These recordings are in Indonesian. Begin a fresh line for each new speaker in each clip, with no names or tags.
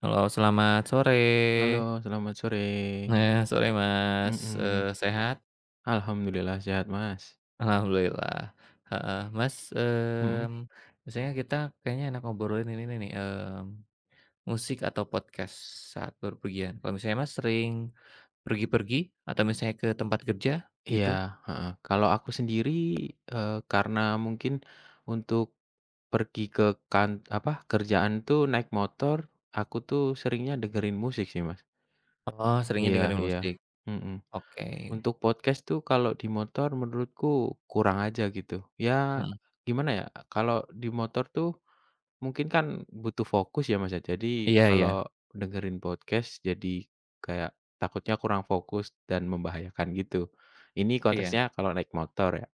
Halo, selamat sore.
Halo, selamat sore.
Nah, sore Mas,
Mhm,
sehat?
alhamdulillah sehat, Mas.
Alhamdulillah, heeh. Mas,
Mhm,
biasanya kita kayaknya enak ngobrolin ini nih, musik atau podcast saat berpergian. Kalau misalnya Mas sering pergi-pergi atau misalnya ke tempat kerja
iya,
gitu?
heeh. Kalau aku sendiri, karena mungkin untuk pergi ke kan apa, kerjaan tuh naik motor, aku tuh seringnya dengerin musik sih, Mas.
Oh, seringnya
Iya
dengerin
iya,
musik.
mhm.
Oke,
Untuk podcast tuh kalau di motor menurutku kurang aja gitu. Ya,
mhm.
gimana ya, kalau di motor tuh mungkin kan butuh fokus ya, Mas, ya. Jadi
Iya, iya.
kalau dengerin podcast jadi kayak takutnya kurang fokus dan membahayakan gitu. Ini
Iya.
konteksnya kalau naik motor ya,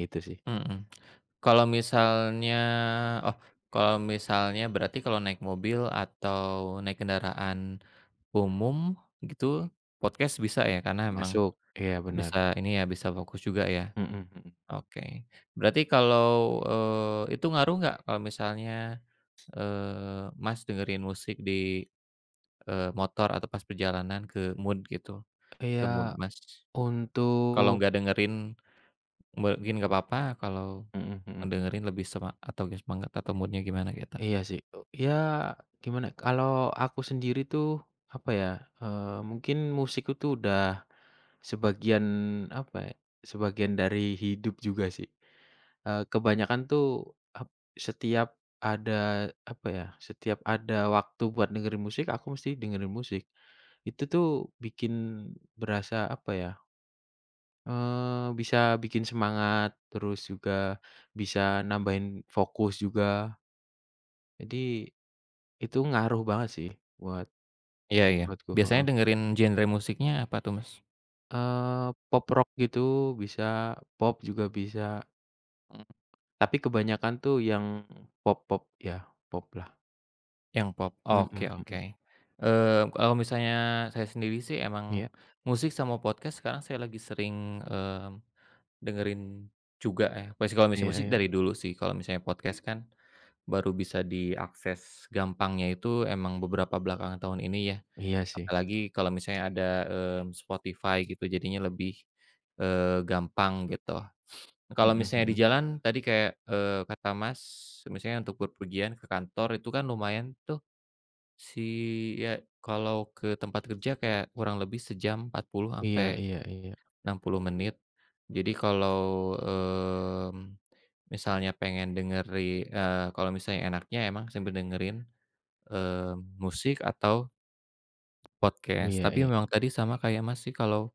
itu sih.
Mhm. Kalau misalnya oh, kalau misalnya berarti kalau naik mobil atau naik kendaraan umum gitu, podcast bisa ya? Karena
Oh.
memang
Masuk, iya benar.
bisa ini ya, bisa fokus juga ya?
Mhm mhm.
Oke. Berarti kalau, itu ngaruh nggak kalau misalnya, Mas dengerin musik di, motor atau pas perjalanan ke mood gitu, ke
Iya
mood Mas? Kalau
untuk
nggak dengerin mungkin nggak apa-apa, kalau
mhm mhm.
dengerin lebih sema atau gak semangat atau mood-nya gimana gitu?
Iya sih, ya gimana, kalau aku sendiri tuh apa ya, mungkin musik itu udah sebagian apa ya, sebagian dari hidup juga sih. Kebanyakan tuh setiap ada, apa ya, setiap ada waktu buat dengerin musik, aku mesti dengerin musik. Itu tuh bikin berasa, apa ya, bisa bikin semangat, terus juga bisa nambahin fokus juga. Jadi itu ngaruh banget sih buat
Iya, iya.
buatku,
Biasanya
heeh.
dengerin genre musiknya apa tuh, Mas?
Pop rock gitu bisa, pop juga bisa,
Mmm,
tapi kebanyakan tuh yang pop-pop ya, poplah.
yang pop.
Mhm
Oke, oke.
mhm.
Kalau misalnya saya sendiri sih
Iya,
emang musik sama podcast sekarang saya lagi sering, dengerin juga ya. Pasti kalau misalnya
iya
musik
iya.
dari dulu sih, kalau misalnya podcast kan baru bisa diakses gampangnya itu emang beberapa belakangan tahun ini ya.
Iya sih.
Apalagi kalau misalnya ada, Spotify gitu jadinya lebih, gampang gitu. Kalau
Mhm
misalnya di
mhm.
jalan tadi kayak, kata Mas, misalnya untuk berpergian ke kantor itu kan lumayan tuh si ya kalau ke tempat kerja kayak kurang lebih sejam 40
Iya
sampai
iya iya.
60 menit. Jadi kalau, misalnya pengen kalau misalnya enaknya emang sambil dengerin, eee, musik atau podcast.
Iya
Tapi
iya.
memang tadi sama kayak Mas sih kalau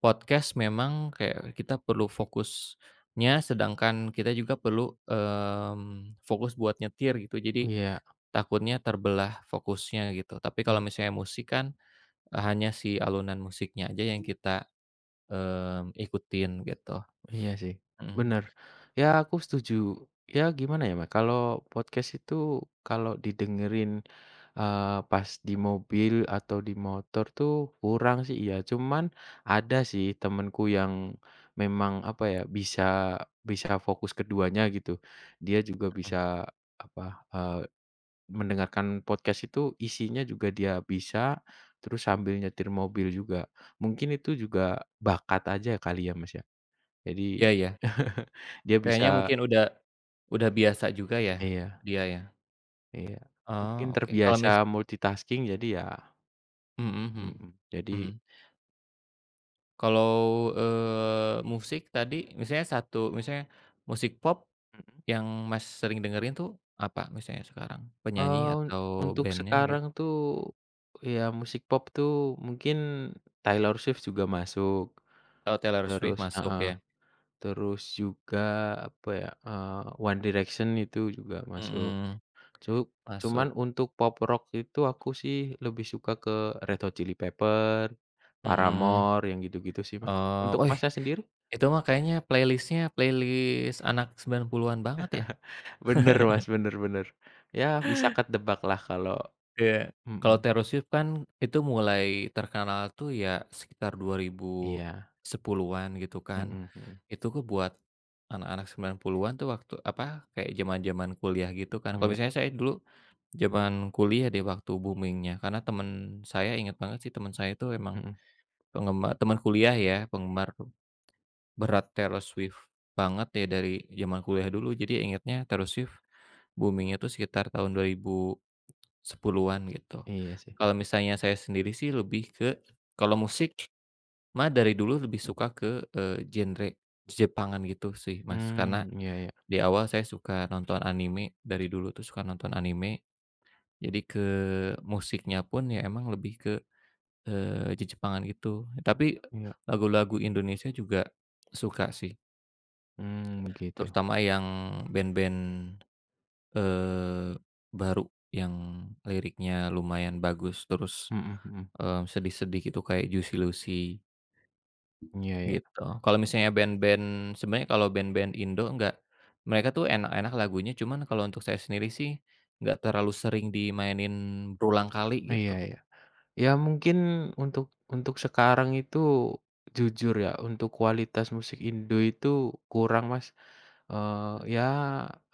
podcast memang kayak kita perlu fokusnya, sedangkan kita juga perlu, fokus buat nyetir gitu. Jadi
Iya,
takutnya terbelah fokusnya gitu. Tapi kalau
mmm,
misalnya musik kan, hanya si alunan musiknya aja yang kita, ikutin gitu.
iya sih,
Mhm,
bener. Ya aku setuju. Ya gimana ya, Mbak, kalau podcast itu kalau didengerin, pas di mobil atau di motor tuh kurang sih, iya. Cuman ada sih temenku yang memang apa ya, bisa bisa fokus keduanya gitu. Dia juga
mhm.
bisa apa, eee Mendengarkan podcast itu isinya juga dia bisa, terus sambil nyetir mobil juga. Mungkin itu juga bakat aja kali ya, Mas, ya. Jadi
Iya ya,
dia
kayaknya
bisa
mungkin udah biasa juga ya,
iya
dia ya?
iya. Mungkin
Oh, oke, kalau
terbiasa
mis
multitasking jadi ya
mhm, mhm,
mhm, jadi
mhm. Kalau, musik tadi misalnya satu misalnya musik pop
mhm.
yang Mas sering dengerin tuh apa misalnya sekarang? Penyanyi
Eee,
atau
untuk
bandnya
sekarang
gitu?
tuh ya musik pop tuh mungkin Taylor Swift juga masuk,
Oh, Taylor Swift
terus
masuk
heeh,
ya?
terus juga apa ya, One Direction itu juga masuk.
Mhm,
Cu cuman
masuk,
untuk pop rock itu aku sih lebih suka ke Red Hot Chili Pepper,
mhm.
Paramore, yang gitu-gitu sih, Mas.
Oh,
Untuk
wih,
Masnya sendiri?
itu mah kayaknya playlist anak 90-an banget ya?
Bener, Mas, bener bener. Ya bisa ketebaklah kalau
Iya, kalau
mhm,
Taylor Swift kan itu mulai terkenal tuh ya sekitar
iya,
2010-an gitu kan.
mhm mhm,
Itu ke buat anak-anak 90-an tuh waktu apa, kayak zaman-zaman kuliah gitu kan. Kalau
iya,
misalnya saya dulu zaman kuliah deh waktu boomingnya, karena temen saya ingat banget sih temen saya itu emang
mhm,
penggemar teman kuliah ya, penggemar berat Taylor Swift banget ya dari zaman kuliah dulu. Jadi ingatnya Taylor Swift boomingnya tuh sekitar tahun 2010-an gitu.
iya sih.
Kalau misalnya saya sendiri sih lebih ke kalau musik mah dari dulu lebih suka ke, genre Jepangan gitu sih, Mas. Karena
Iya iya
di awal saya suka nonton anime, dari dulu tuh suka nonton anime, jadi ke musiknya pun ya emang lebih ke, Jejepangan gitu. Tapi
iya,
lagu-lagu Indonesia juga suka sih,
begitu,
terutama yang band-band, eee, baru yang liriknya lumayan bagus, terus
mhm mhm,
Sedih-sedih gitu kayak Juicy Luicy
iya iya,
gitu. Kalau misalnya band-band sebenarnya kalau band-band Indo enggak mereka tuh enak-enak lagunya cuman kalau untuk saya sendiri sih nggak terlalu sering dimainin berulang kali
iya
gitu.
iya. Ya mungkin untuk untuk sekarang itu jujur ya, untuk kualitas musik Indo itu kurang, Mas. Ya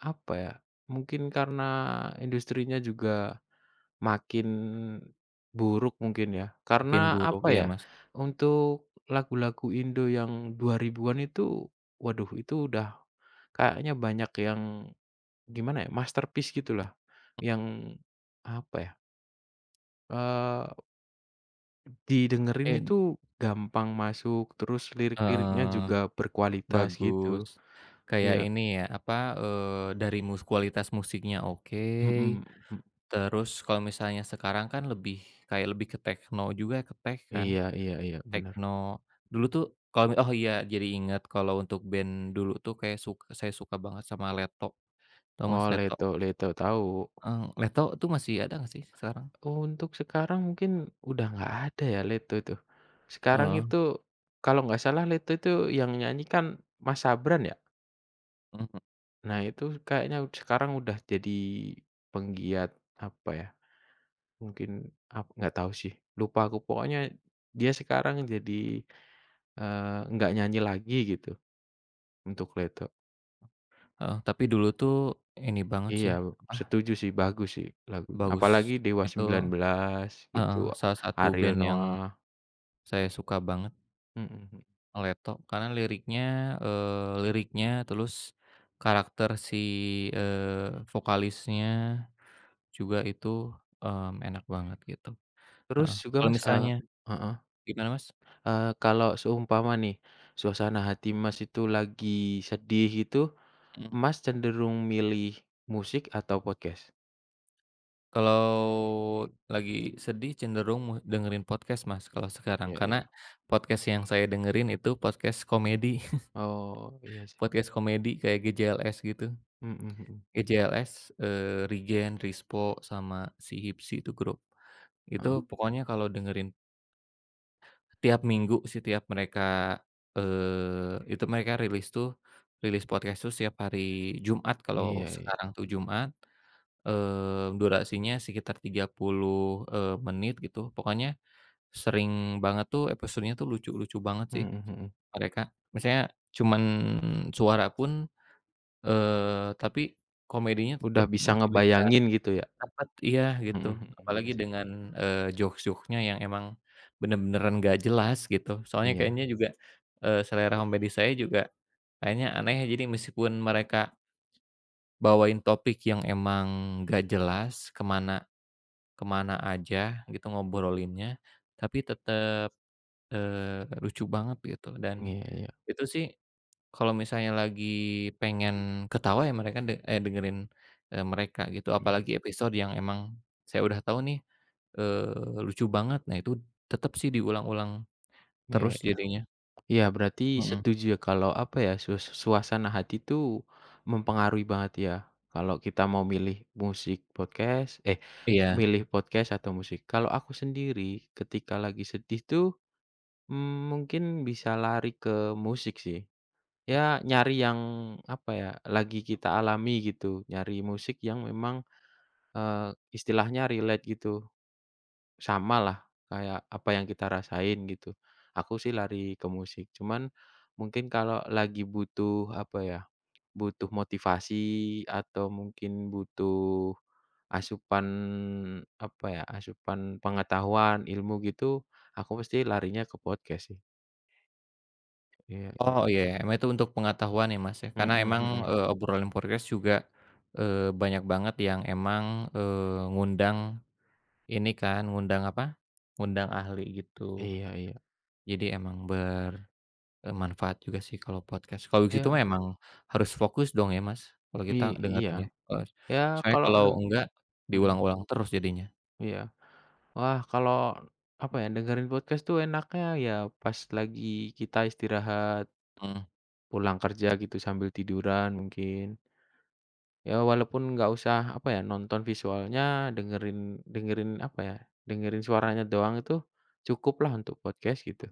apa ya, mungkin karena industrinya juga makin buruk mungkin ya,
Makin
karena
buruk
apa
iya,
ya,
Mas.
untuk lagu-lagu Indo yang 2000-an itu, waduh itu udah kayaknya banyak yang gimana ya, masterpiece gitulah, yang apa ya, eee, didengerin
Eh,
itu gampang masuk, terus lirik-liriknya juga
heeh,
berkualitas gitu.
bagus. Kayak
Iya,
ini ya, apa, dari kualitas musiknya oke,
mhm, mhm,
terus kalau misalnya sekarang kan lebih kayak lebih ke tekno juga ke tech kan.
iya iya iya, bener.
Tekno. Dulu tuh kalau oh iya jadi ingat kalau untuk band dulu tuh kayak saya suka banget sama Leto, tau Mas
Oh
Leto?
Leto Leto, tahu.
Leto tuh masih ada nggak sih sekarang?
Oh, untuk sekarang mungkin udah nggak ada ya Leto itu. Sekarang
Heeh,
itu kalau nggak salah Leto itu yang nyanyi kan Mas Sabran ya?
mhm,
Nah itu kayaknya sekarang udah jadi penggiat apa ya, mungkin nggak tahu sih, lupa aku. Pokoknya dia sekarang jadi, nggak nyanyi lagi gitu untuk Leto.
heeh, tapi dulu tuh ini banget
Iya,
sih, apa,
setuju sih, bagus sih lagu Apalagi
bagus.
Dewa
Itu,
19 gitu,
heeh, salah satu
Ariel
band yang
Noah.
saya suka banget,
Mhm mhm.
Leto. Karena liriknya, terus karakter vokalisnya juga itu, enak banget gitu,
Terus
heeh.
juga
Kalau
Mas,
misalnya
heeh,
Gimana, Mas?
kalau seumpama nih, suasana hati Mas itu lagi sedih gitu,
Mhm.
Mas cenderung milih musik atau podcast?
Kalau lagi sedih cenderung dengerin podcast, Mas, kalau sekarang.
Iya iya.
Karena podcast yang saya dengerin itu podcast komedi,
Oh, iya sih.
podcast komedi kayak GJLS gitu.
Mhm mhm.
GJLS, Rigen, Rispo, sama si Hipsy itu grup.
Heeh.
Itu pokoknya kalau dengerin tiap minggu sih tiap mereka, itu mereka rilis tuh rilis podcast tuh setiap hari Jumat kalau
Iya iya.
sekarang tuh Jumat. Durasinya sekitar 30, menit gitu. Pokoknya sering banget tuh episodenya tuh lucu-lucu banget sih
Mhm mhm.
mereka. Misalnya cuman suara pun, tapi komedinya
Udah
tetap
bisa
masih bisa
ngebayangin gitu ya?
dapat iya
Mhm
gitu.
mhm. Iya
Apalagi
sih.
dengan, jokes-jokesnya yang emang bener-beneran gak jelas gitu. Soalnya
Iya.
kayaknya juga, selera komedi saya juga kayaknya aneh ya. Jadi meskipun mereka bawain topik yang emang gak jelas kemana kemana aja gitu ngobrolinnya, tapi tetap lucu banget gitu dan
Iya iya.
itu sih kalau misalnya lagi pengen ketawa ya mereka de eh dengerin, mereka gitu.
Mhm.
Apalagi episode yang emang saya udah tahu nih, lucu banget. Nah itu tetap sih diulang-ulang terus
Iya.
jadinya.
Iya, berarti
Mhm,
setuju ya kalau apa ya, suasana hati itu mempengaruhi banget ya. Kalau kita mau milih musik podcast eh,
iya.
milih podcast atau musik. Kalau aku sendiri ketika lagi sedih tuh, mungkin bisa lari ke musik sih. Ya nyari yang apa ya, lagi kita alami gitu, nyari musik yang memang, eee, istilahnya relate gitu sama lah kayak apa yang kita rasain gitu. Aku sih lari ke musik, cuman mungkin kalau lagi butuh apa ya, butuh motivasi atau mungkin butuh asupan apa ya, asupan pengetahuan, ilmu gitu, aku pasti larinya ke podcast sih. Iya iya.
Oh, iya, iya. Emang itu untuk pengetahuan ya, Mas, ya. Karena
Mhm
emang,
mhm.
obrolan podcast juga, banyak banget yang emang, eee, ngundang Ini kan ngundang apa, ngundang ahli gitu.
Iya iya.
Jadi emang bermanfaat juga sih kalau podcast. Kalau gitu
Iya,
mah emang harus fokus dong ya, Mas, kalau
i
kita
iya.
dengerin ya? Heeh,
Ya
soalnya
kalau
kalau
neng
enggak
mhm,
diulang-ulang terus jadinya.
iya. Wah, kalau apa ya, dengerin podcast tuh enaknya ya pas lagi kita istirahat,
Mhm,
pulang kerja gitu sambil tiduran mungkin. Ya walaupun nggak usah apa ya, nonton visualnya, dengerin dengerin apa ya, dengerin suaranya doang itu cukuplah untuk podcast gitu.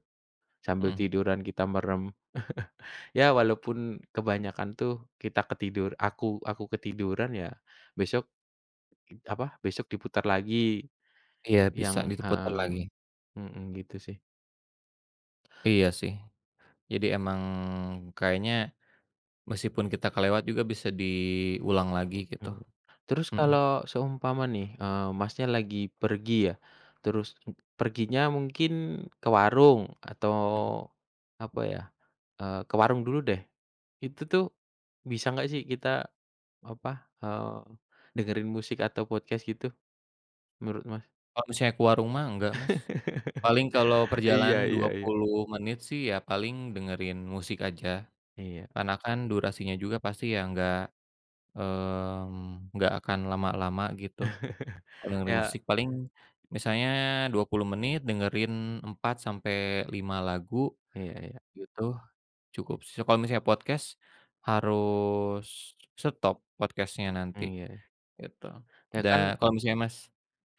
Sambil
mhm.
tiduran kita merem. Ya walaupun kebanyakan tuh kita ketidur aku ketiduran ya besok apa, besok diputar lagi
Iya, bisa
yang
diputar
heeh,
lagi.
mhm, gitu sih.
Iya sih. Jadi emang kayaknya meskipun kita kelewat juga bisa diulang lagi gitu.
Mmm, Terus
Mhm,
kalau seumpama nih, Masnya lagi pergi ya, terus perginya mungkin ke warung atau
mhm.
apa ya, ke warung dulu deh. Itu tuh bisa nggak sih kita apa, eee, dengerin musik atau podcast gitu menurut Mas?
Kalau misalnya ke warung mah enggak, Mas? Paling kalau
Iya
perjalanan
iya
dua
iya.
puluh menit sih ya paling dengerin musik aja,
Iya,
karena kan durasinya juga pasti ya nggak akan lama-lama gitu. Kalau dengerin
ya
musik paling misalnya 20 menit dengerin 4 sampai 5 lagu
iya iya, iya.
gitu cukup sih. Kalau misalnya podcast harus stop podcast-nya nanti gitu.
Ya kan
Dan kalau misalnya Mas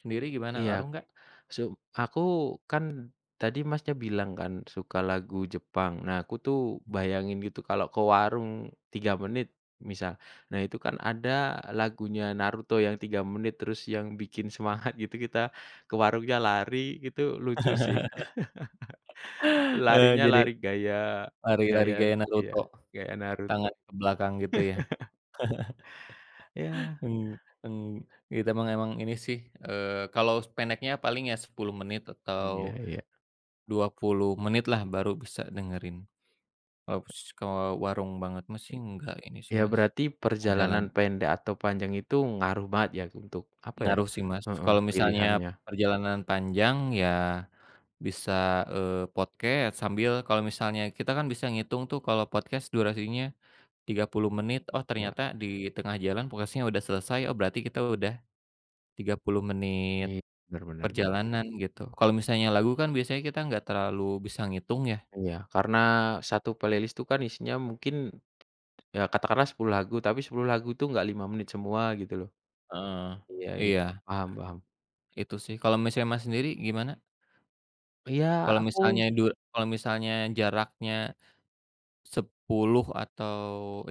sendiri gimana,
iya
ngaruh nggak?
Su aku kan tadi Masnya bilang kan suka lagu Jepang. Nah, aku tuh bayangin gitu kalau ke warung 3 menit misal. Nah, itu kan ada lagunya Naruto yang 3 menit terus yang bikin semangat gitu kita ke warungnya lari gitu lucu sih. Larinya
Jadi
lari gaya
lari-lari
gaya
gaya
iya,
Naruto,
gaya Naruto.
tangan ke belakang gitu ya?
Ya,
Mmm, mmm, Kita emang emang ini sih, kalau pendeknya paling ya 10 menit
iya
atau
iya.
20 menit lah baru bisa dengerin. Kalau warung banget mah sih enggak ini sih,
Ya
Mas,
berarti
jalan.
perjalanan pendek atau panjang itu ngaruh banget ya untuk apa ya
Ngaruh sih, Mas.
heeh,
Kalau misalnya
pilihannya.
perjalanan panjang ya bisa, podcast sambil kalau misalnya kita kan bisa ngitung tuh kalau podcast durasinya 30 menit, oh
Iya.
ternyata di tengah jalan podcastnya udah selesai, oh berarti kita udah 30 menit.
Iya, bener bener bener.
Perjalanan gitu. Kalau misalnya lagu kan biasanya kita nggak terlalu bisa ngitung ya.
Iya, karena satu playlist tuh kan isinya mungkin ya katakanlah 10 lagu, tapi 10 lagu tuh nggak 5 menit semua gitu loh.
Heeh.
Iya iya,
Iya,
paham paham.
itu sih. Kalau misalnya Mas sendiri gimana?
Iya
Kalau
aku
misalnya dur kalau misalnya jaraknya 10 atau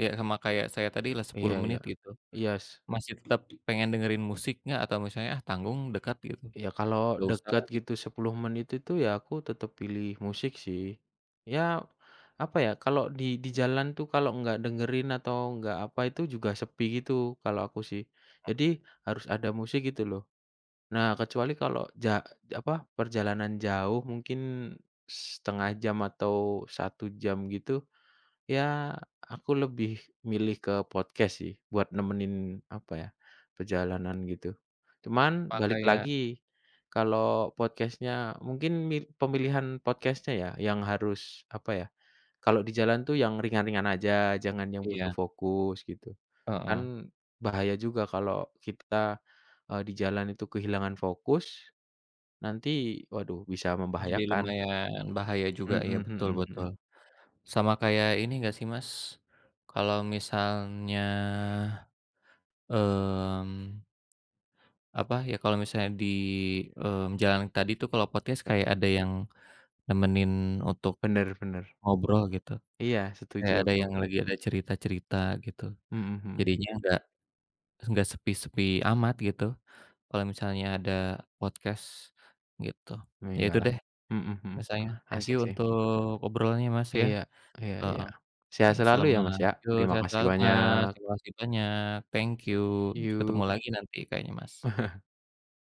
ya sama kayak saya tadi lah
iya
sepuluh
iya,
menit gitu,
iya
masih tetap pengen dengerin musik nggak? Atau misalnya, "Ah, tanggung dekat," gitu,
iya kalau
"gak usah
dekat
lah," gitu.
gitu 10 menit itu ya aku tetap pilih musik sih. Ya, apa ya, kalau di jalan tuh kalau nggak dengerin atau nggak apa itu juga sepi gitu kalau aku sih. Jadi harus ada musik gitu loh. Nah, kecuali kalau apa, perjalanan jauh mungkin setengah jam atau satu jam gitu, ya aku lebih milih ke podcast sih buat nemenin, apa ya, perjalanan gitu. Cuman
Apa
balik
kayak
lagi, kalau podcastnya mungkin pemilihan podcastnya ya yang harus, apa ya, kalau di jalan tuh yang ringan-ringan aja, jangan yang butuh
iya,
fokus gitu.
heeh.
Kan bahaya juga kalau kita, di jalan itu kehilangan fokus. Nanti waduh bisa
Jadi
membahayakan.
lumayan bahaya juga,
Mhm
ya betul,
mhm
betul.
mhm.
Sama kayak ini nggak sih Mas, kalau misalnya Mmm, apa ya, kalau misalnya di, jalan tadi tuh kalau podcast
E
kayak ada yang nemenin untuk
Bener bener.
ngobrol gitu,
Iya setuju
kayak ada
aku.
yang lagi ada cerita-cerita gitu.
Mhm mhm.
Jadinya nggak sepi-sepi amat gitu, kalau misalnya ada podcast gitu. Ya itu
Iyalah.
deh
Mhm mhm.
misalnya, thank you
Asik sih.
untuk obrolannya Mas ya,
Iya iya iya.
heeh,
Sehat
ya
selalu ya Mas
selamat
ya.
yuk
Terima
sehat
kasih
selalu Mas,
banyak.
terima kasih banyak, thank you, ketemu
Yuk.
lagi nanti kayaknya Mas.